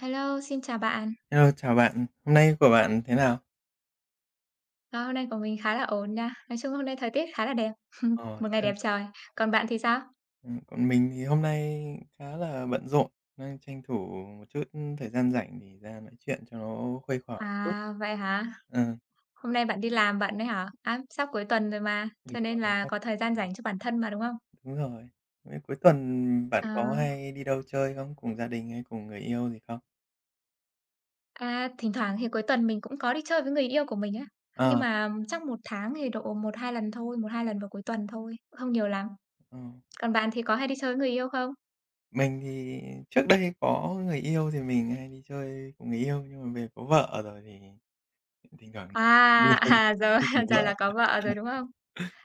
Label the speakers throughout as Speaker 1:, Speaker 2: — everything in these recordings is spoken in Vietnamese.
Speaker 1: Hello, xin chào bạn.
Speaker 2: Hello, chào bạn. Hôm nay của bạn thế nào?
Speaker 1: Ờ, Hôm nay của mình khá là ổn nha. Nói chung hôm nay thời tiết khá là đẹp,
Speaker 2: Ờ,
Speaker 1: một
Speaker 2: thế
Speaker 1: ngày
Speaker 2: nào?
Speaker 1: đẹp trời. Còn bạn thì sao?
Speaker 2: Còn mình thì hôm nay khá là bận rộn, đang tranh thủ một chút thời gian rảnh thì ra nói chuyện cho nó khuây khỏa một chút.
Speaker 1: À, vậy hả?
Speaker 2: Ờ.
Speaker 1: Hôm nay bạn đi làm bạn đấy hả? À, sắp cuối tuần rồi mà,
Speaker 2: Đúng
Speaker 1: cho nên
Speaker 2: rồi.
Speaker 1: là
Speaker 2: Sắp
Speaker 1: có
Speaker 2: tập
Speaker 1: thời
Speaker 2: thể
Speaker 1: gian
Speaker 2: mà.
Speaker 1: dành cho bản thân mà đúng không?
Speaker 2: Đúng rồi. Thế cuối tuần bạn
Speaker 1: Ờ,
Speaker 2: có hay đi đâu chơi không? Cùng gia đình hay cùng người yêu gì không?
Speaker 1: Thỉnh thoảng thì cuối tuần mình cũng có đi chơi với người yêu của mình á. Nhưng
Speaker 2: Ờ,
Speaker 1: mà chắc một tháng thì độ một hai lần thôi, một hai lần vào cuối tuần thôi, không nhiều lắm.
Speaker 2: ờ.
Speaker 1: Còn bạn thì có hay đi chơi với người yêu không?
Speaker 2: Mình thì trước đây có người yêu thì mình hay đi chơi cùng người yêu, nhưng mà về có vợ rồi thì thỉnh thoảng
Speaker 1: À,
Speaker 2: đi cùng
Speaker 1: à giờ giờ
Speaker 2: vợ.
Speaker 1: là có vợ rồi đúng không?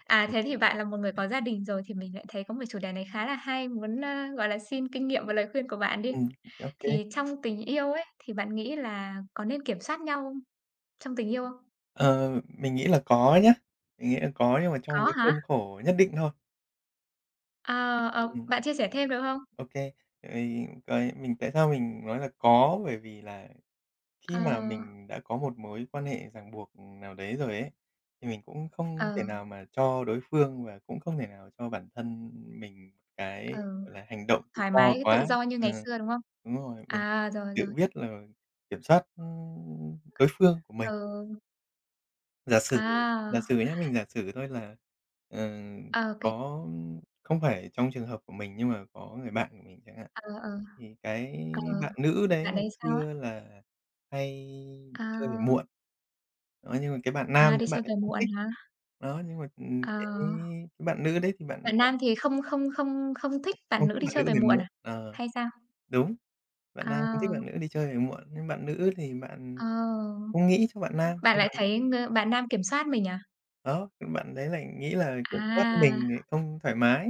Speaker 1: À, thế thì bạn là một người có gia đình rồi thì mình lại thấy có một chủ đề này khá là hay, muốn, ơ, gọi là, xin kinh nghiệm và lời khuyên của bạn đi.
Speaker 2: Ừ, ô.
Speaker 1: Thì trong tình yêu ấy, thì bạn nghĩ là có nên kiểm soát nhau không? Trong tình yêu không?
Speaker 2: Ờ, mình nghĩ là có nhá, mình nghĩ là có nhưng mà trong
Speaker 1: Có
Speaker 2: cái
Speaker 1: hả?
Speaker 2: khuôn khổ nhất định thôi.
Speaker 1: Ờ,
Speaker 2: Ừm,
Speaker 1: Bạn chia sẻ thêm được không?
Speaker 2: ô kê. Cái mình tại sao mình nói là có, bởi vì là khi
Speaker 1: Ờ,
Speaker 2: mà mình đã có một mối quan hệ ràng buộc nào đấy rồi ấy, thì mình cũng không
Speaker 1: ờ,
Speaker 2: thể nào mà cho đối phương và cũng không thể nào cho bản thân mình một cái,
Speaker 1: ờ,
Speaker 2: gọi là, hành động tự
Speaker 1: Thoải
Speaker 2: do
Speaker 1: mái, tự
Speaker 2: quá.
Speaker 1: do như
Speaker 2: Ừ,
Speaker 1: ngày xưa, đúng không?
Speaker 2: đúng rồi, mình
Speaker 1: À, rồi,
Speaker 2: tự
Speaker 1: rồi,
Speaker 2: biết là kiểm soát, đối phương của mình.
Speaker 1: ừ,
Speaker 2: Giả sử giả
Speaker 1: à,
Speaker 2: sử nhé mình giả sử thôi là, ờ,
Speaker 1: ờ, ô kê,
Speaker 2: có không phải trong trường hợp của mình nhưng mà có người bạn của mình chẳng hạn,
Speaker 1: ờ, ờ,
Speaker 2: thì cái
Speaker 1: ờ,
Speaker 2: bạn nữ đấy
Speaker 1: bạn
Speaker 2: ngày
Speaker 1: ấy sao á?
Speaker 2: xưa là hay đi chơi về
Speaker 1: À,
Speaker 2: muộn, đó, nhưng mà cái bạn
Speaker 1: à,
Speaker 2: nam
Speaker 1: đi
Speaker 2: đấy bạn
Speaker 1: chơi
Speaker 2: ấy
Speaker 1: về
Speaker 2: không
Speaker 1: muộn
Speaker 2: thích.
Speaker 1: hả?
Speaker 2: Đó, nhưng mà,
Speaker 1: Ờ.
Speaker 2: cái bạn nữ đấy thì bạn
Speaker 1: Bạn nam thì không không không không thích
Speaker 2: không
Speaker 1: bạn nữ
Speaker 2: thích
Speaker 1: đi
Speaker 2: bạn nữ
Speaker 1: chơi về
Speaker 2: về
Speaker 1: muộn
Speaker 2: muộn.
Speaker 1: à?
Speaker 2: Ờ,
Speaker 1: Hay sao?
Speaker 2: đúng, bạn
Speaker 1: Ờ,
Speaker 2: nam không thích bạn nữ đi chơi về muộn, nhưng bạn nữ thì bạn
Speaker 1: ờ,
Speaker 2: không nghĩ cho bạn nam.
Speaker 1: Bạn lại thấy ng bạn nam kiểm soát mình à?
Speaker 2: Đó, bạn đấy lại nghĩ là kiểm soát
Speaker 1: À,
Speaker 2: mình thì không thoải mái,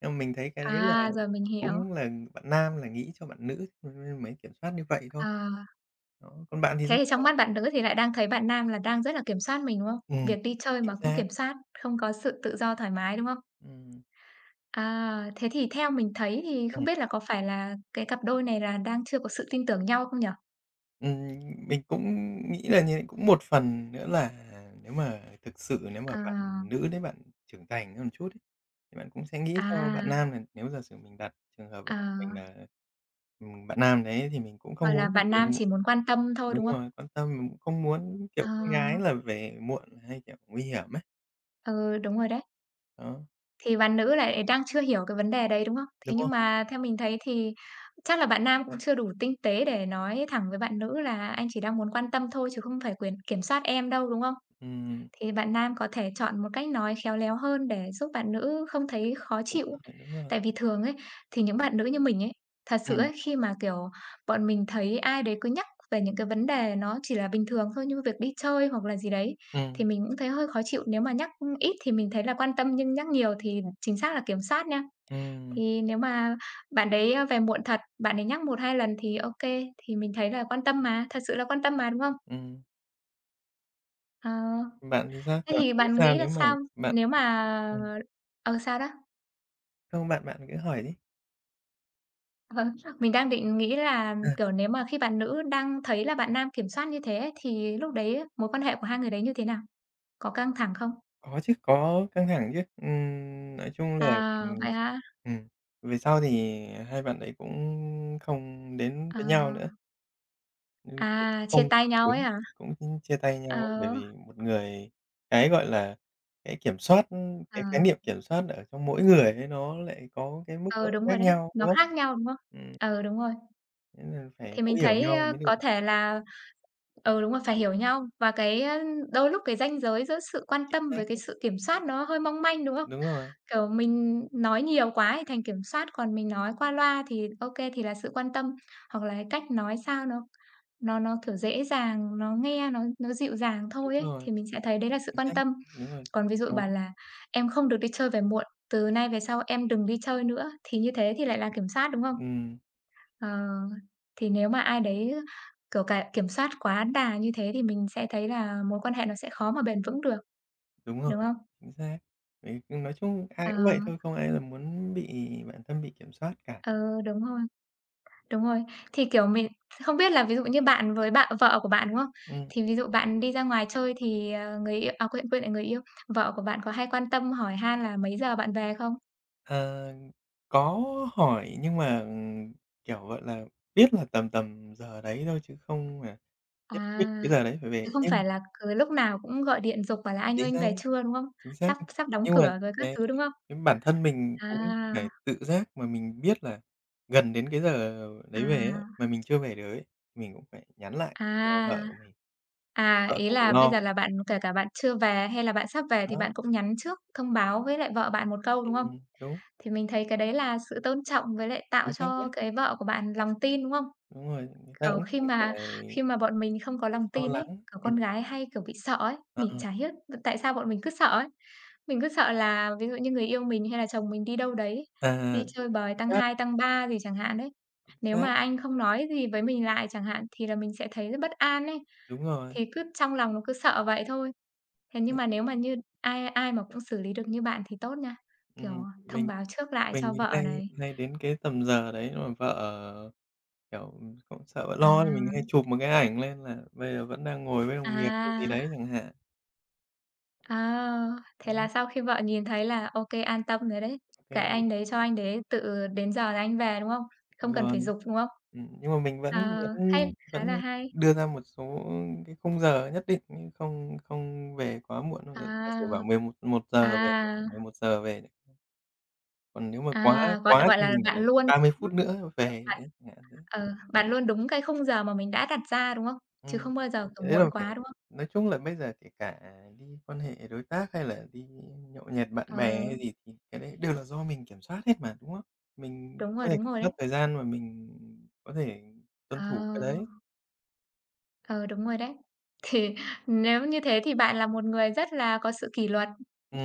Speaker 2: nhưng mà mình thấy cái đấy là
Speaker 1: à, rồi mình hiểu.
Speaker 2: cũng là bạn nam là nghĩ cho bạn nữ cho nên mới kiểm soát như vậy thôi.
Speaker 1: Ờ,
Speaker 2: Đó, còn bạn thì
Speaker 1: Thế
Speaker 2: sao
Speaker 1: thì trong
Speaker 2: bạn?
Speaker 1: mắt bạn nữ thì lại đang thấy bạn nam là đang rất là kiểm soát mình, đúng không?
Speaker 2: Ừm,
Speaker 1: Việc đi chơi
Speaker 2: chính
Speaker 1: mà cũng
Speaker 2: xác,
Speaker 1: kiểm soát, không có sự tự do thoải mái, đúng không?
Speaker 2: ừm,
Speaker 1: À, thế thì theo mình thấy thì không
Speaker 2: ừm,
Speaker 1: biết là có phải là cái cặp đôi này là đang chưa có sự tin tưởng nhau không nhỉ?
Speaker 2: ừm, mình cũng nghĩ là như cũng một phần nữa là nếu mà thực sự nếu mà
Speaker 1: Ờ,
Speaker 2: bạn nữ đấy bạn trưởng thành hơn một chút ấy, thì bạn cũng sẽ nghĩ cho bạn
Speaker 1: à,
Speaker 2: nam là nếu giả sử mình đặt trường hợp là mình
Speaker 1: à,
Speaker 2: là, bạn nam đấy thì mình cũng không
Speaker 1: Gọi là,
Speaker 2: muốn.
Speaker 1: bạn nam chỉ muốn quan tâm thôi,
Speaker 2: Đúng
Speaker 1: đúng không?
Speaker 2: rồi, quan tâm mình cũng không muốn, kiểu,
Speaker 1: Ờ.
Speaker 2: con gái là về muộn hay, kiểu, nguy hiểm ấy.
Speaker 1: Ừ, đúng rồi đấy.
Speaker 2: Đó,
Speaker 1: Thì bạn nữ lại đang chưa hiểu cái vấn đề đấy, đúng không?
Speaker 2: đúng
Speaker 1: Thế
Speaker 2: không?
Speaker 1: nhưng mà theo mình thấy thì chắc là bạn nam cũng chưa đủ tinh tế để nói thẳng với bạn nữ là "Anh chỉ đang muốn quan tâm thôi chứ không phải quyền kiểm soát em đâu", đúng không?
Speaker 2: Ừm,
Speaker 1: Thì bạn nam có thể chọn một cách nói khéo léo hơn để giúp bạn nữ không thấy khó
Speaker 2: đúng
Speaker 1: chịu.
Speaker 2: rồi, đúng rồi.
Speaker 1: Tại vì thường ấy, thì những bạn nữ như mình ấy, thật sự
Speaker 2: Ừm,
Speaker 1: ấy, khi mà, kiểu, bọn mình thấy ai đấy cứ nhắc về những cái vấn đề nó chỉ là bình thường thôi, như việc đi chơi hoặc là gì đấy,
Speaker 2: ừm,
Speaker 1: thì mình cũng thấy hơi khó chịu. Nếu mà nhắc ít thì mình thấy là quan tâm, nhưng nhắc nhiều thì chính xác là kiểm soát nha.
Speaker 2: ừm,
Speaker 1: Thì nếu mà bạn đấy, a, về muộn thật, bạn ấy nhắc một 2 lần thì ok thì mình thấy là quan tâm mà, thật sự là quan tâm mà, đúng không?
Speaker 2: ừm.
Speaker 1: Ờ.
Speaker 2: Bạn thì sao? Thì
Speaker 1: Thế
Speaker 2: bạn
Speaker 1: thì
Speaker 2: thấy
Speaker 1: bạn
Speaker 2: sao
Speaker 1: nghĩ là
Speaker 2: nếu mà
Speaker 1: sao?
Speaker 2: bạn
Speaker 1: Nếu mà
Speaker 2: ừm,
Speaker 1: sao đó?
Speaker 2: không, bạn bạn cứ hỏi đi.
Speaker 1: Ờ, mình đang định nghĩ là,
Speaker 2: À,
Speaker 1: kiểu, nếu mà khi bạn nữ đang thấy là bạn nam kiểm soát như thế ấy, thì lúc đấy mối quan hệ của hai người đấy như thế nào? Có căng thẳng không?
Speaker 2: có chứ, có căng thẳng chứ. Nói chung là,
Speaker 1: À,
Speaker 2: ừm,
Speaker 1: vậy hả?
Speaker 2: ừm, về sau thì hai bạn đấy cũng không đến
Speaker 1: Ờ,
Speaker 2: với nhau nữa. Ừm,
Speaker 1: à, chia
Speaker 2: không
Speaker 1: tay nhau ấy
Speaker 2: đúng,
Speaker 1: hả?
Speaker 2: cũng chia tay nhau ấy, bởi
Speaker 1: Ờ,
Speaker 2: vì một người cái, gọi là, cái kiểm soát
Speaker 1: ờ,
Speaker 2: cái khái niệm kiểm soát ở trong mỗi người ấy nó lại có cái mức độ
Speaker 1: ờ, Đúng
Speaker 2: khác
Speaker 1: rồi đấy,
Speaker 2: nhau, đúng
Speaker 1: nó
Speaker 2: không?
Speaker 1: khác nhau, đúng không?
Speaker 2: Ừm,
Speaker 1: Ờ đúng rồi.
Speaker 2: thế là phải
Speaker 1: Thì
Speaker 2: thấu
Speaker 1: mình
Speaker 2: hiểu
Speaker 1: thấy,
Speaker 2: nhau
Speaker 1: ơ,
Speaker 2: mới được.
Speaker 1: có thể là ừ, đúng rồi, phải hiểu nhau và cái, ơ, đôi lúc cái ranh giới giữa sự quan
Speaker 2: Chính
Speaker 1: tâm
Speaker 2: xác
Speaker 1: với cái
Speaker 2: đấy,
Speaker 1: sự kiểm soát nó hơi mong manh, đúng không?
Speaker 2: đúng rồi,
Speaker 1: Kiểu, mình nói nhiều quá thì thành kiểm soát, còn mình nói qua loa thì ok thì là sự quan tâm, hoặc là cái cách nói sao nó, kiểu, dễ dàng, nó nghe nó dịu dàng
Speaker 2: đúng
Speaker 1: thôi ấy,
Speaker 2: rồi,
Speaker 1: thì mình sẽ thấy đấy là sự
Speaker 2: chính xác,
Speaker 1: quan tâm.
Speaker 2: đúng rồi,
Speaker 1: Còn ví dụ
Speaker 2: nói
Speaker 1: bảo là "Em không được đi chơi về muộn, từ nay về sau em đừng đi chơi nữa" thì như thế thì lại là kiểm soát, đúng không?
Speaker 2: ừm,
Speaker 1: Ờ, thì nếu mà ai đấy, kiểu, cà kiểm soát quá đà như thế thì mình sẽ thấy là mối quan hệ nó sẽ khó mà bền vững được,
Speaker 2: đúng rồi,
Speaker 1: đúng không?
Speaker 2: chính xác. Vì nói chung ai
Speaker 1: Ờ,
Speaker 2: cũng vậy thôi, không ai là muốn bị bản thân bị kiểm soát cả.
Speaker 1: ừ, đúng rồi, đúng rồi. Thì, kiểu, mình không biết là ví dụ như bạn với bạn vợ của bạn, đúng không?
Speaker 2: Ừm.
Speaker 1: Thì ví dụ bạn đi ra ngoài chơi thì, ờ, người yêu à, quên, quên lại người yêu, vợ của bạn có hay quan tâm hỏi han là mấy giờ bạn về không?
Speaker 2: Ờ, có hỏi nhưng mà, kiểu, gọi là, biết là tầm tầm giờ đấy thôi chứ không mà nhất
Speaker 1: À,
Speaker 2: quyết cái giờ đấy phải về.
Speaker 1: chứ không
Speaker 2: Nhưng
Speaker 1: phải là cứ lúc nào cũng gọi điện giục bảo là "Anh
Speaker 2: chính
Speaker 1: ơi, anh
Speaker 2: xác,
Speaker 1: về chưa?" đúng không?
Speaker 2: chính xác.
Speaker 1: Sắp sắp đóng
Speaker 2: Nhưng mà
Speaker 1: cửa rồi các
Speaker 2: cái
Speaker 1: thứ, đúng không?
Speaker 2: cái bản thân mình cũng phải
Speaker 1: À,
Speaker 2: tự giác mà mình biết là gần đến cái giờ đấy về ấy,
Speaker 1: à.
Speaker 2: mà mình chưa về được ấy, mình cũng phải nhắn lại cho
Speaker 1: À.
Speaker 2: vợ của mình,
Speaker 1: À,
Speaker 2: vợ
Speaker 1: ý
Speaker 2: không phải
Speaker 1: là bây
Speaker 2: lo.
Speaker 1: giờ là bạn kể cả bạn chưa về hay là bạn sắp về thì
Speaker 2: Đó,
Speaker 1: bạn cũng nhắn trước thông báo với lại vợ bạn một câu, đúng không?
Speaker 2: đúng,
Speaker 1: Thì mình thấy cái đấy là sự tôn trọng với lại tạo
Speaker 2: chính xác
Speaker 1: cho
Speaker 2: đấy.
Speaker 1: cái vợ của bạn lòng tin, đúng không?
Speaker 2: Đúng rồi, người ta
Speaker 1: Kiểu,
Speaker 2: cũng
Speaker 1: khi
Speaker 2: không
Speaker 1: mà
Speaker 2: phải
Speaker 1: khi mà bọn mình không có lòng
Speaker 2: lo
Speaker 1: tin ấy,
Speaker 2: lắng.
Speaker 1: kiểu, con gái hay, kiểu, bị sợ ấy,
Speaker 2: Ờ,
Speaker 1: mình chả hiếc tại sao bọn mình cứ sợ ấy. Mình cứ sợ là ví dụ như người yêu mình hay là chồng mình đi đâu đấy,
Speaker 2: à,
Speaker 1: đi chơi bời
Speaker 2: chính
Speaker 1: tăng
Speaker 2: xác,
Speaker 1: 2 tăng 3 gì chẳng hạn đấy.
Speaker 2: chính
Speaker 1: Nếu
Speaker 2: xác,
Speaker 1: mà anh không nói gì với mình lại chẳng hạn thì là mình sẽ thấy rất bất an ấy.
Speaker 2: đúng rồi.
Speaker 1: Thì cứ trong lòng nó cứ sợ vậy thôi. Thế nhưng mà nếu mà như ai ai mà cũng xử lý được như bạn thì tốt nha, kiểu,
Speaker 2: Ừm,
Speaker 1: thông
Speaker 2: mình
Speaker 1: báo trước lại
Speaker 2: mình
Speaker 1: cho
Speaker 2: thì
Speaker 1: vợ
Speaker 2: hay
Speaker 1: này.
Speaker 2: hay đến cái tầm giờ đấy mà vợ, kiểu, cũng sợ vợ lo thì
Speaker 1: À,
Speaker 2: mình hay chụp một cái ảnh lên là bây giờ vẫn đang ngồi với đồng nghiệp hay gì
Speaker 1: à,
Speaker 2: đấy chẳng hạn.
Speaker 1: à, thế
Speaker 2: Đó,
Speaker 1: là sau khi vợ nhìn thấy là ok an tâm rồi đấy,
Speaker 2: ô kê,
Speaker 1: kệ anh đấy, cho anh đấy tự đến giờ là anh về, đúng không? Không cần
Speaker 2: rồi.
Speaker 1: phải giục, đúng không?
Speaker 2: Nhưng mà mình vẫn
Speaker 1: Ờ,
Speaker 2: vẫn
Speaker 1: hay, khá là
Speaker 2: vẫn
Speaker 1: hay.
Speaker 2: đưa ra một số cái khung giờ nhất định nhưng không không về quá muộn. Giả sử
Speaker 1: À,
Speaker 2: bảo mười một một giờ về thì phải
Speaker 1: à,
Speaker 2: 11 giờ về, còn nếu mà quá
Speaker 1: à, gọi
Speaker 2: quá
Speaker 1: gọi
Speaker 2: thì
Speaker 1: là,
Speaker 2: mình bảo là ba mươi
Speaker 1: đúng
Speaker 2: phút nữa
Speaker 1: ờ,
Speaker 2: về,
Speaker 1: bạn
Speaker 2: đấy, chẳng hạn thế.
Speaker 1: bạn luôn đúng cái khung giờ mà mình đã đặt ra, đúng không? Chứ
Speaker 2: Ừm,
Speaker 1: không bao giờ, kiểu,
Speaker 2: ý là
Speaker 1: muộn
Speaker 2: phải
Speaker 1: quá, đúng không?
Speaker 2: nói chung là bây giờ kể cả đi quan hệ đối tác hay là đi nhậu nhẹt bạn
Speaker 1: Ờ,
Speaker 2: bè hay gì thì cái đấy đều là do mình kiểm soát hết mà, đúng không? Mình có thể
Speaker 1: đúng
Speaker 2: kiểm
Speaker 1: rồi
Speaker 2: soát
Speaker 1: đấy.
Speaker 2: thời gian và mình có thể tuân
Speaker 1: Ờ,
Speaker 2: thủ cái đấy.
Speaker 1: ờ, đúng rồi đấy. Thì nếu như thế thì bạn là một người rất là có sự kỷ luật.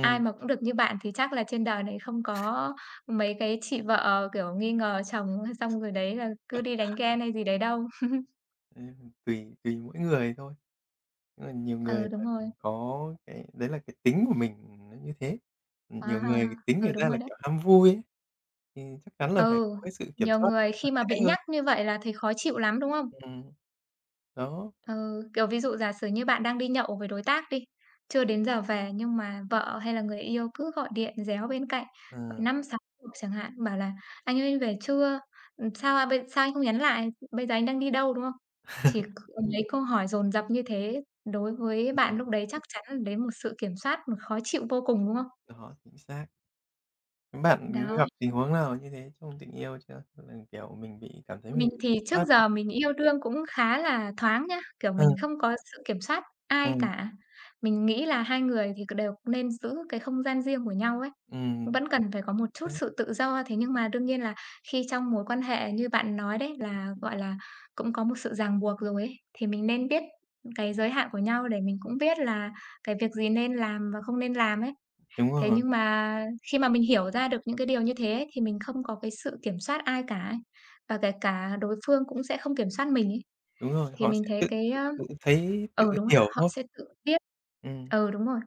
Speaker 1: Ai mà cũng được như bạn thì chắc là trên đời này không có mấy cái chị vợ, kiểu, nghi ngờ chồng xong rồi đấy là cứ đi đánh ghen hay gì đấy đâu.
Speaker 2: đấy, tùy tùy mỗi người thôi. Nhưng mà nhiều người
Speaker 1: Ừ, đúng
Speaker 2: là
Speaker 1: rồi.
Speaker 2: có cái đấy là cái tính của mình nó như thế.
Speaker 1: À,
Speaker 2: Nhiều người cái tính
Speaker 1: ừ,
Speaker 2: người ta
Speaker 1: đúng
Speaker 2: là,
Speaker 1: rồi đấy.
Speaker 2: kiểu, ham vui ấy, thì chắc chắn là phải
Speaker 1: Ừ,
Speaker 2: có cái sự kiểm
Speaker 1: nhiều
Speaker 2: soát
Speaker 1: người
Speaker 2: chặt
Speaker 1: khi mà
Speaker 2: chẽ
Speaker 1: bị
Speaker 2: hơn.
Speaker 1: nhắc như vậy là thấy khó chịu lắm, đúng không?
Speaker 2: Ừm, đó,
Speaker 1: Ừ, kiểu, ví dụ giả sử như bạn đang đi nhậu với đối tác đi, chưa đến giờ về nhưng mà vợ hay là người yêu cứ gọi điện réo bên cạnh,
Speaker 2: ờ.
Speaker 1: gọi 5, 6 cuộc chẳng hạn, bảo là "Anh ơi, anh về chưa? Sao, a, bây sao anh không nhắn lại? Bây giờ anh đang đi đâu?" Đúng không? Chỉ c mấy câu hỏi dồn dập như thế, đối với
Speaker 2: Đúng
Speaker 1: bạn lúc
Speaker 2: rồi.
Speaker 1: đấy chắc chắn là đấy một sự kiểm soát, một khó chịu vô cùng, đúng không?
Speaker 2: Đó, chính xác. Các bạn
Speaker 1: Đó.
Speaker 2: gặp tình huống nào như thế trong tình yêu chưa? Tức là, kiểu, mình bị cảm thấy
Speaker 1: Mình
Speaker 2: mình bị
Speaker 1: thì
Speaker 2: kiểm
Speaker 1: trước
Speaker 2: soát đấy.
Speaker 1: giờ mình yêu đương cũng khá là thoáng nhá, kiểu,
Speaker 2: Ừ,
Speaker 1: mình không có sự kiểm soát ai
Speaker 2: ừm,
Speaker 1: cả. Mình nghĩ là hai người thì đều nên giữ cái không gian riêng của nhau ấy,
Speaker 2: ừm,
Speaker 1: vẫn cần phải có một chút
Speaker 2: xác,
Speaker 1: sự tự do. Thế nhưng mà đương nhiên là khi trong mối quan hệ như bạn nói đấy là, gọi là, cũng có một sự ràng buộc rồi ấy, thì mình nên biết cái giới hạn của nhau để mình cũng biết là cái việc gì nên làm và không nên làm ấy.
Speaker 2: đúng
Speaker 1: Thế
Speaker 2: rồi,
Speaker 1: nhưng mà khi mà mình hiểu ra được những cái điều như thế ấy, thì mình không có cái sự kiểm soát ai cả ấy, và kể cả đối phương cũng sẽ không kiểm soát mình ấy,
Speaker 2: đúng rồi,
Speaker 1: thì
Speaker 2: họ
Speaker 1: mình
Speaker 2: sẽ
Speaker 1: thấy
Speaker 2: tự
Speaker 1: cái,
Speaker 2: tự
Speaker 1: ơ
Speaker 2: tự thấy, tự
Speaker 1: ừ, đúng rồi,
Speaker 2: hiểu
Speaker 1: họ
Speaker 2: thôi.
Speaker 1: sẽ tự biết.
Speaker 2: Ừm,
Speaker 1: Ừ, đúng rồi,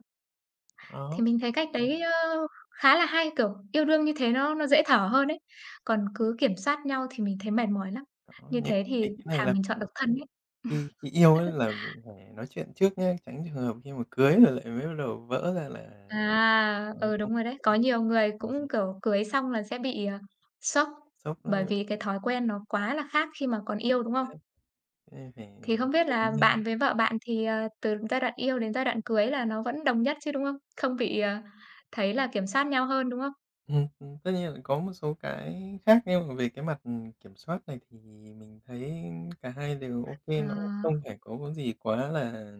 Speaker 1: thì
Speaker 2: đó,
Speaker 1: mình thấy cách đấy, ơ, khá là hay, kiểu, yêu đương như thế nó dễ thở hơn ấy, còn cứ kiểm soát nhau thì mình thấy mệt mỏi lắm,
Speaker 2: đó,
Speaker 1: như
Speaker 2: những
Speaker 1: thế thì
Speaker 2: cái này
Speaker 1: thà
Speaker 2: là
Speaker 1: mình chọn độc thân ấy.
Speaker 2: khi khi yêu ấy là mình phải nói chuyện trước nhá, tránh trường hợp khi mà cưới rồi lại mới bắt đầu vỡ ra là,
Speaker 1: À,
Speaker 2: ờ,
Speaker 1: ừ,
Speaker 2: không
Speaker 1: đúng rồi đấy. Có nhiều người
Speaker 2: ừm,
Speaker 1: cũng, kiểu, cưới xong là sẽ bị, ờ, sốc,
Speaker 2: sốc đấy,
Speaker 1: bởi vì cái thói quen nó quá là khác khi mà còn yêu, đúng không?
Speaker 2: thế nên phải
Speaker 1: Thì không biết
Speaker 2: nói
Speaker 1: là
Speaker 2: chuyện nha.
Speaker 1: bạn với vợ bạn thì, ờ, từ giai đoạn yêu đến giai đoạn cưới là nó vẫn đồng nhất chứ, đúng không? Không bị, thấy là kiểm soát nhau hơn, đúng không?
Speaker 2: Tất nhiên là có một số cái khác, nhưng mà về cái mặt, kiểm soát này thì mình thấy cả hai đều ok nó cũng không
Speaker 1: À
Speaker 2: phải có cái gì quá là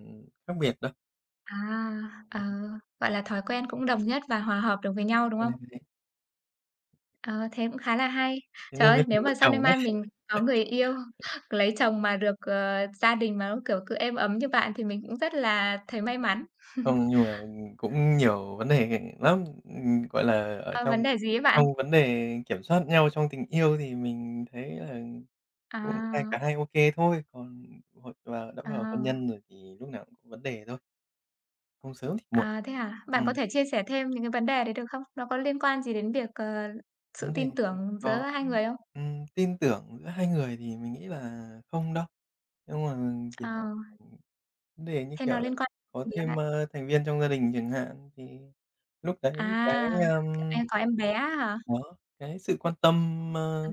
Speaker 2: khác biệt đâu.
Speaker 1: à, ờ,
Speaker 2: Hưm.
Speaker 1: gọi là, thói quen cũng đồng nhất và hòa hợp được với nhau, đúng không?
Speaker 2: Đấy,
Speaker 1: Ờ, thế cũng khá là hay.
Speaker 2: thế
Speaker 1: Trời
Speaker 2: nên mới
Speaker 1: ơi, nếu
Speaker 2: thành vợ
Speaker 1: mà sau nay
Speaker 2: chồng đấy.
Speaker 1: mai mình có người yêu, lấy chồng mà được, gia đình mà nó, kiểu, cứ êm ấm như bạn thì mình cũng rất là thấy may mắn.
Speaker 2: Không, nhưng mà cũng nhiều vấn đề lắm, gọi là, ở
Speaker 1: Ờ,
Speaker 2: trong
Speaker 1: vấn đề gì ấy bạn?
Speaker 2: trong vấn đề kiểm soát nhau trong tình yêu thì mình thấy là cũng cả
Speaker 1: À,
Speaker 2: hai ok thôi, còn hồi vào đã
Speaker 1: ờ,
Speaker 2: vào hôn nhân rồi thì lúc nào cũng có vấn đề thôi, không sớm thì muộn.
Speaker 1: à, thế hả? Bạn có
Speaker 2: Ừm.
Speaker 1: thể chia sẻ thêm những cái vấn đề đấy được không? Nó có liên quan gì đến việc, sự
Speaker 2: Vấn đề
Speaker 1: tin tưởng giữa
Speaker 2: có,
Speaker 1: hai người không?
Speaker 2: tin tưởng giữa hai người thì mình nghĩ là không đâu. Nhưng mà, kiểu,
Speaker 1: Ờ,
Speaker 2: ừm, vấn đề như
Speaker 1: thế nó
Speaker 2: kiểu là
Speaker 1: liên quan
Speaker 2: có
Speaker 1: gì hả
Speaker 2: thêm,
Speaker 1: bạn?
Speaker 2: thành viên trong gia đình chẳng hạn, thì lúc
Speaker 1: À,
Speaker 2: đấy cái,
Speaker 1: kiểu,
Speaker 2: ờm,
Speaker 1: em có em bé hả?
Speaker 2: đó, cái sự quan tâm,
Speaker 1: Ờ,
Speaker 2: ơ,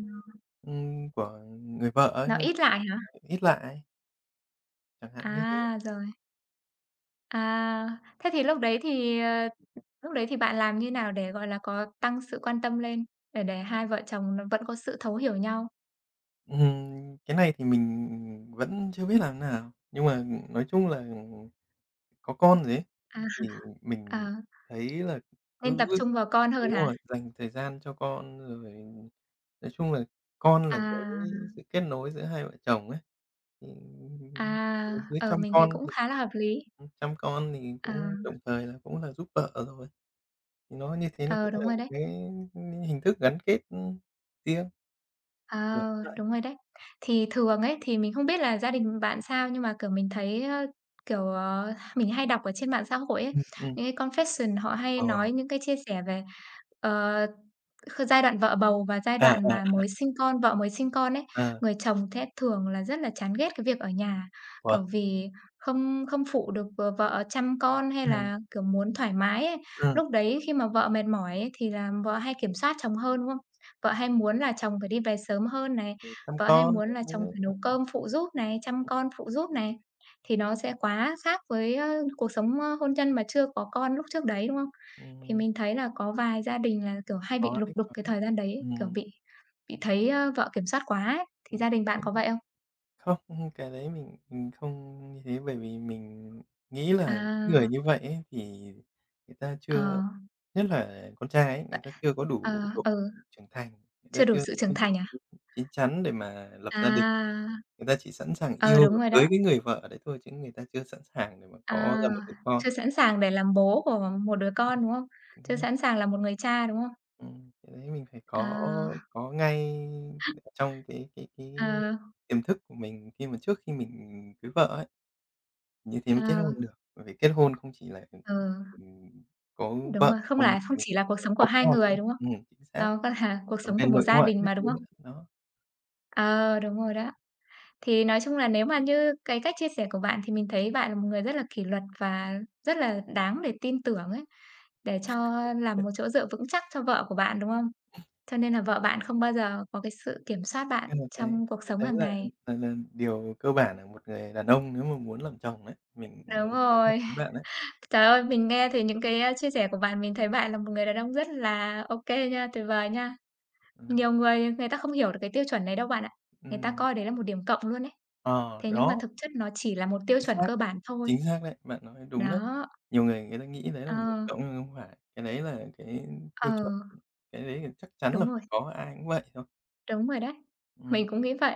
Speaker 2: của người vợ ấy
Speaker 1: nó ít lại hả?
Speaker 2: ít lại, chẳng hạn như thế.
Speaker 1: À, rồi. À, thế thì lúc đấy thì. Ờ Lúc đấy thì bạn làm như nào để, gọi là, có tăng sự quan tâm lên, để hai vợ chồng nó vẫn có sự thấu hiểu nhau?
Speaker 2: Cái này thì mình vẫn chưa biết làm thế nào, nhưng mà nói chung là có con rồi ấy,
Speaker 1: À,
Speaker 2: thì
Speaker 1: ờ,
Speaker 2: mình thấy là
Speaker 1: nên
Speaker 2: cứ
Speaker 1: tập trung vào con
Speaker 2: đúng
Speaker 1: hơn hả?
Speaker 2: rồi, dành thời gian cho con rồi nói chung là con là cái
Speaker 1: À,
Speaker 2: sự kết nối giữa hai vợ chồng ấy, thì
Speaker 1: à,
Speaker 2: mình cứ
Speaker 1: mình thấy cũng khá là hợp lý.
Speaker 2: chăm con thì
Speaker 1: Ờ,
Speaker 2: cũng đồng thời là cũng là giúp vợ rồi, thì nó như thế nó
Speaker 1: ờ,
Speaker 2: cũng
Speaker 1: đúng
Speaker 2: là
Speaker 1: rồi
Speaker 2: một
Speaker 1: đấy.
Speaker 2: cái hình thức gắn kết, riêng, kiểu
Speaker 1: Ờ,
Speaker 2: như vậy.
Speaker 1: đúng rồi đấy. Thì thường ấy, thì mình không biết là gia đình bạn sao, nhưng mà, kiểu, mình thấy, kiểu, mình hay đọc ở trên mạng xã hội ấy,
Speaker 2: Ừm, ừm.
Speaker 1: những cái confession họ hay
Speaker 2: Ờ,
Speaker 1: nói những cái chia sẻ về, ờ Kh giai đoạn vợ bầu và giai
Speaker 2: à,
Speaker 1: đoạn
Speaker 2: à,
Speaker 1: mà mới sinh con, vợ mới sinh con ấy,
Speaker 2: à,
Speaker 1: người chồng sẽ thường là rất là chán ghét cái việc ở nhà,
Speaker 2: wow!
Speaker 1: kiểu, vì không không phụ được, vợ chăm con hay
Speaker 2: Ừm,
Speaker 1: là, kiểu, muốn thoải mái ấy.
Speaker 2: ừm,
Speaker 1: Lúc đấy khi mà vợ mệt mỏi ấy thì là vợ hay kiểm soát chồng hơn, đúng không? Vợ hay muốn là chồng phải đi về sớm hơn này,
Speaker 2: để chăm
Speaker 1: vợ hay
Speaker 2: con
Speaker 1: muốn
Speaker 2: các
Speaker 1: là chồng phải
Speaker 2: thứ.
Speaker 1: nấu cơm phụ giúp này, chăm con phụ giúp này, thì nó sẽ quá khác với, cuộc sống, hôn nhân mà chưa có con lúc trước đấy, đúng không? Thì
Speaker 2: Ừm.
Speaker 1: mình thấy là có vài gia đình là, kiểu, hay bị
Speaker 2: Có
Speaker 1: lục
Speaker 2: đấy,
Speaker 1: đục
Speaker 2: có
Speaker 1: cái
Speaker 2: đấy.
Speaker 1: thời gian đấy, kiểu,
Speaker 2: Ừm,
Speaker 1: bị thấy, vợ kiểm soát quá ấy, thì
Speaker 2: mình
Speaker 1: gia đình bạn có vậy không?
Speaker 2: không, cái đấy mình không như thế, bởi vì mình nghĩ là người
Speaker 1: À,
Speaker 2: như vậy ấy thì người ta
Speaker 1: ờ,
Speaker 2: chưa nhất là con trai ấy, người
Speaker 1: vậy
Speaker 2: ta chưa có đủ độ
Speaker 1: ừ,
Speaker 2: trưởng thành, người
Speaker 1: chưa
Speaker 2: ta
Speaker 1: đủ
Speaker 2: chưa
Speaker 1: sự trưởng
Speaker 2: suy
Speaker 1: thành à?
Speaker 2: nghĩ chín chắn để mà lập gia đình,
Speaker 1: À,
Speaker 2: người ta chỉ sẵn sàng
Speaker 1: ờ,
Speaker 2: yêu
Speaker 1: đúng rồi
Speaker 2: với
Speaker 1: đó.
Speaker 2: cái người vợ đấy thôi, chứ người ta chưa sẵn sàng để mà có
Speaker 1: À,
Speaker 2: ra một đứa con.
Speaker 1: chưa sẵn sàng để làm bố của một đứa con, đúng không? Chưa
Speaker 2: Ừm.
Speaker 1: sẵn sàng là một người cha, đúng không?
Speaker 2: Cái đấy mình phải có
Speaker 1: À.
Speaker 2: có ngay ở trong cái
Speaker 1: Ờ,
Speaker 2: tiềm thức của mình khi mà trước khi mình cưới vợ ấy, như thế
Speaker 1: ờ,
Speaker 2: mới kết hôn được. Bởi vì kết hôn không chỉ là,
Speaker 1: ừ,
Speaker 2: có
Speaker 1: đúng
Speaker 2: vợ
Speaker 1: rồi, không
Speaker 2: không,
Speaker 1: là không
Speaker 2: mình
Speaker 1: chỉ là cuộc
Speaker 2: phải
Speaker 1: sống của
Speaker 2: có
Speaker 1: hai
Speaker 2: con nữa.
Speaker 1: người, đúng không?
Speaker 2: Chính xác,
Speaker 1: Nó còn là cuộc
Speaker 2: còn
Speaker 1: sống
Speaker 2: về
Speaker 1: của một
Speaker 2: nội
Speaker 1: gia
Speaker 2: ngoại
Speaker 1: đình
Speaker 2: các
Speaker 1: mà,
Speaker 2: thứ
Speaker 1: đúng không?
Speaker 2: nữa, đó.
Speaker 1: Ờ, đúng rồi đó. Thì nói chung là nếu mà như cái cách chia sẻ của bạn thì mình thấy bạn là một người rất là kỷ luật và rất là đáng để tin tưởng ấy, để cho làm một chỗ dựa vững chắc cho vợ của bạn, đúng không? Cho nên là vợ bạn không bao giờ có cái sự kiểm soát bạn
Speaker 2: Nên là cái
Speaker 1: trong cuộc
Speaker 2: cái
Speaker 1: sống
Speaker 2: đấy
Speaker 1: hàng
Speaker 2: là
Speaker 1: ngày.
Speaker 2: điều cơ bản là một người đàn ông nếu mà muốn làm chồng đấy, mình nói
Speaker 1: Đúng
Speaker 2: nói thật
Speaker 1: rồi.
Speaker 2: với bạn đấy.
Speaker 1: Trời ơi, mình nghe thì những cái, chia sẻ của bạn mình thấy bạn là một người đàn ông rất là ok nha, tuyệt vời nha.
Speaker 2: Ừm,
Speaker 1: Nhiều người người ta không hiểu được cái tiêu chuẩn này đâu bạn ạ. Người ta
Speaker 2: ừm,
Speaker 1: coi đấy là một điểm cộng luôn ấy.
Speaker 2: ờ,
Speaker 1: Thế nhưng mà
Speaker 2: đó.
Speaker 1: thực chất nó chỉ là một tiêu
Speaker 2: Chính
Speaker 1: chuẩn
Speaker 2: xác
Speaker 1: cơ
Speaker 2: đấy,
Speaker 1: bản thôi.
Speaker 2: chính xác đấy, bạn nói đúng đấy.
Speaker 1: Đó,
Speaker 2: Nhiều người người ta nghĩ đấy là một điểm
Speaker 1: ờ.
Speaker 2: cộng nhưng không phải, cái đấy là cái tiêu
Speaker 1: Ờ,
Speaker 2: chuẩn, cái đấy thì chắc chắn là
Speaker 1: đúng rồi,
Speaker 2: phải có, ai cũng vậy thôi.
Speaker 1: đúng rồi đấy.
Speaker 2: Ừm,
Speaker 1: Mình cũng nghĩ vậy.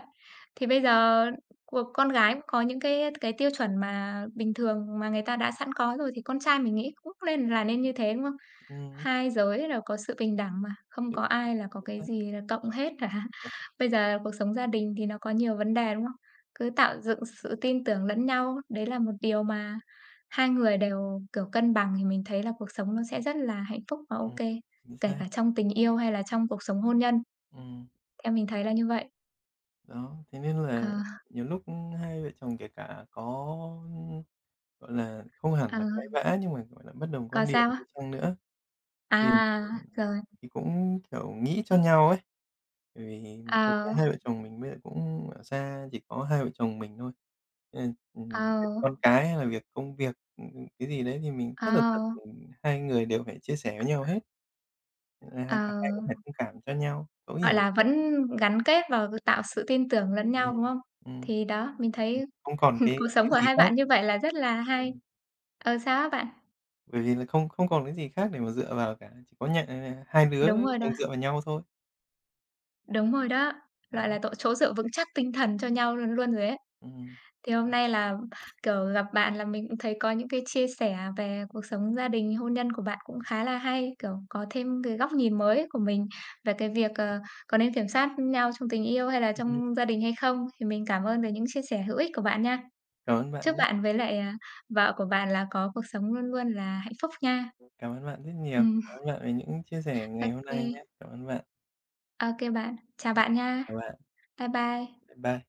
Speaker 1: Thì bây giờ cuộc con gái cũng có những cái tiêu chuẩn mà bình thường mà người ta đã sẵn có rồi, thì con trai mình nghĩ cũng nên là nên như thế, đúng không?
Speaker 2: ừm,
Speaker 1: Hai giới đều có sự bình đẳng mà, không có
Speaker 2: chính xác,
Speaker 1: ai là có
Speaker 2: chính
Speaker 1: cái
Speaker 2: xác,
Speaker 1: gì là cộng hết cả. Bây giờ cuộc sống gia đình thì nó có nhiều vấn đề, đúng không? Cứ tạo dựng sự tin tưởng lẫn nhau, đấy là một điều mà hai người đều, kiểu, cân bằng thì mình thấy là cuộc sống nó sẽ rất là hạnh phúc và
Speaker 2: ừm,
Speaker 1: ok
Speaker 2: chính
Speaker 1: kể
Speaker 2: xác,
Speaker 1: cả trong tình yêu hay là trong cuộc sống hôn nhân.
Speaker 2: ừm.
Speaker 1: Theo mình thấy là như vậy.
Speaker 2: Đó, thế nên
Speaker 1: Ờ,
Speaker 2: là nhiều lúc, hai vợ chồng kể cả có, gọi là, không hẳn
Speaker 1: ờ,
Speaker 2: là cãi vã nhưng mà, gọi là, bất đồng
Speaker 1: còn
Speaker 2: quan điểm
Speaker 1: sao
Speaker 2: đi
Speaker 1: á?
Speaker 2: chăng nữa thì
Speaker 1: À, rồi,
Speaker 2: Thì cũng, kiểu, nghĩ cho nhau ấy, bởi vì thực ra
Speaker 1: ờ,
Speaker 2: hai vợ chồng mình bây giờ cũng ở xa chỉ có hai vợ chồng mình thôi, nên là,
Speaker 1: ờ,
Speaker 2: việc con cái hay là việc công việc, cái gì đấy thì mình tất tần tật,
Speaker 1: ờ,
Speaker 2: hai người đều phải chia sẻ với nhau hết, nên là
Speaker 1: ờ,
Speaker 2: cả hai cũng phải thông cảm cho nhau, thấu
Speaker 1: gọi
Speaker 2: hiểu.
Speaker 1: là, vẫn gắn kết và tạo sự tin tưởng lẫn
Speaker 2: Ừm,
Speaker 1: nhau, đúng không?
Speaker 2: ừm,
Speaker 1: Thì đó, mình
Speaker 2: ừm,
Speaker 1: thấy
Speaker 2: không còn
Speaker 1: cuộc
Speaker 2: cái
Speaker 1: sống
Speaker 2: cái
Speaker 1: của
Speaker 2: gì
Speaker 1: hai
Speaker 2: khác,
Speaker 1: bạn như vậy là rất là hay.
Speaker 2: ừm,
Speaker 1: Ờ, sao á bạn?
Speaker 2: bởi vì là không không còn cái gì khác để mà dựa vào cả, chỉ có hai đứa
Speaker 1: Đúng rồi đó,
Speaker 2: cùng dựa vào nhau thôi.
Speaker 1: đúng rồi đó, gọi
Speaker 2: Đó,
Speaker 1: là, chỗ dựa vững chắc tinh thần cho nhau luôn luôn rồi ấy.
Speaker 2: ừm,
Speaker 1: Thì hôm
Speaker 2: ừm
Speaker 1: nay là, kiểu, gặp bạn là mình cũng thấy có những cái chia sẻ về cuộc sống gia đình, hôn nhân của bạn cũng khá là hay, kiểu, có thêm cái góc nhìn mới của mình về cái việc, có nên kiểm soát nhau trong tình yêu hay là
Speaker 2: hưm,
Speaker 1: trong gia đình hay không. Thì mình cảm ơn về những chia sẻ hữu ích của bạn nha.
Speaker 2: cảm ơn bạn
Speaker 1: Chúc
Speaker 2: nhá.
Speaker 1: bạn với lại, à, vợ của bạn là có cuộc sống luôn luôn là hạnh phúc nha.
Speaker 2: Cảm ơn bạn rất nhiều.
Speaker 1: Ừm,
Speaker 2: Cảm ơn bạn về những chia sẻ ngày
Speaker 1: ok
Speaker 2: hôm
Speaker 1: kê,
Speaker 2: nay nhé. Cảm ơn bạn.
Speaker 1: bạn. Chào bạn nha.
Speaker 2: Chào bạn.
Speaker 1: Bye bye.
Speaker 2: Bye bye.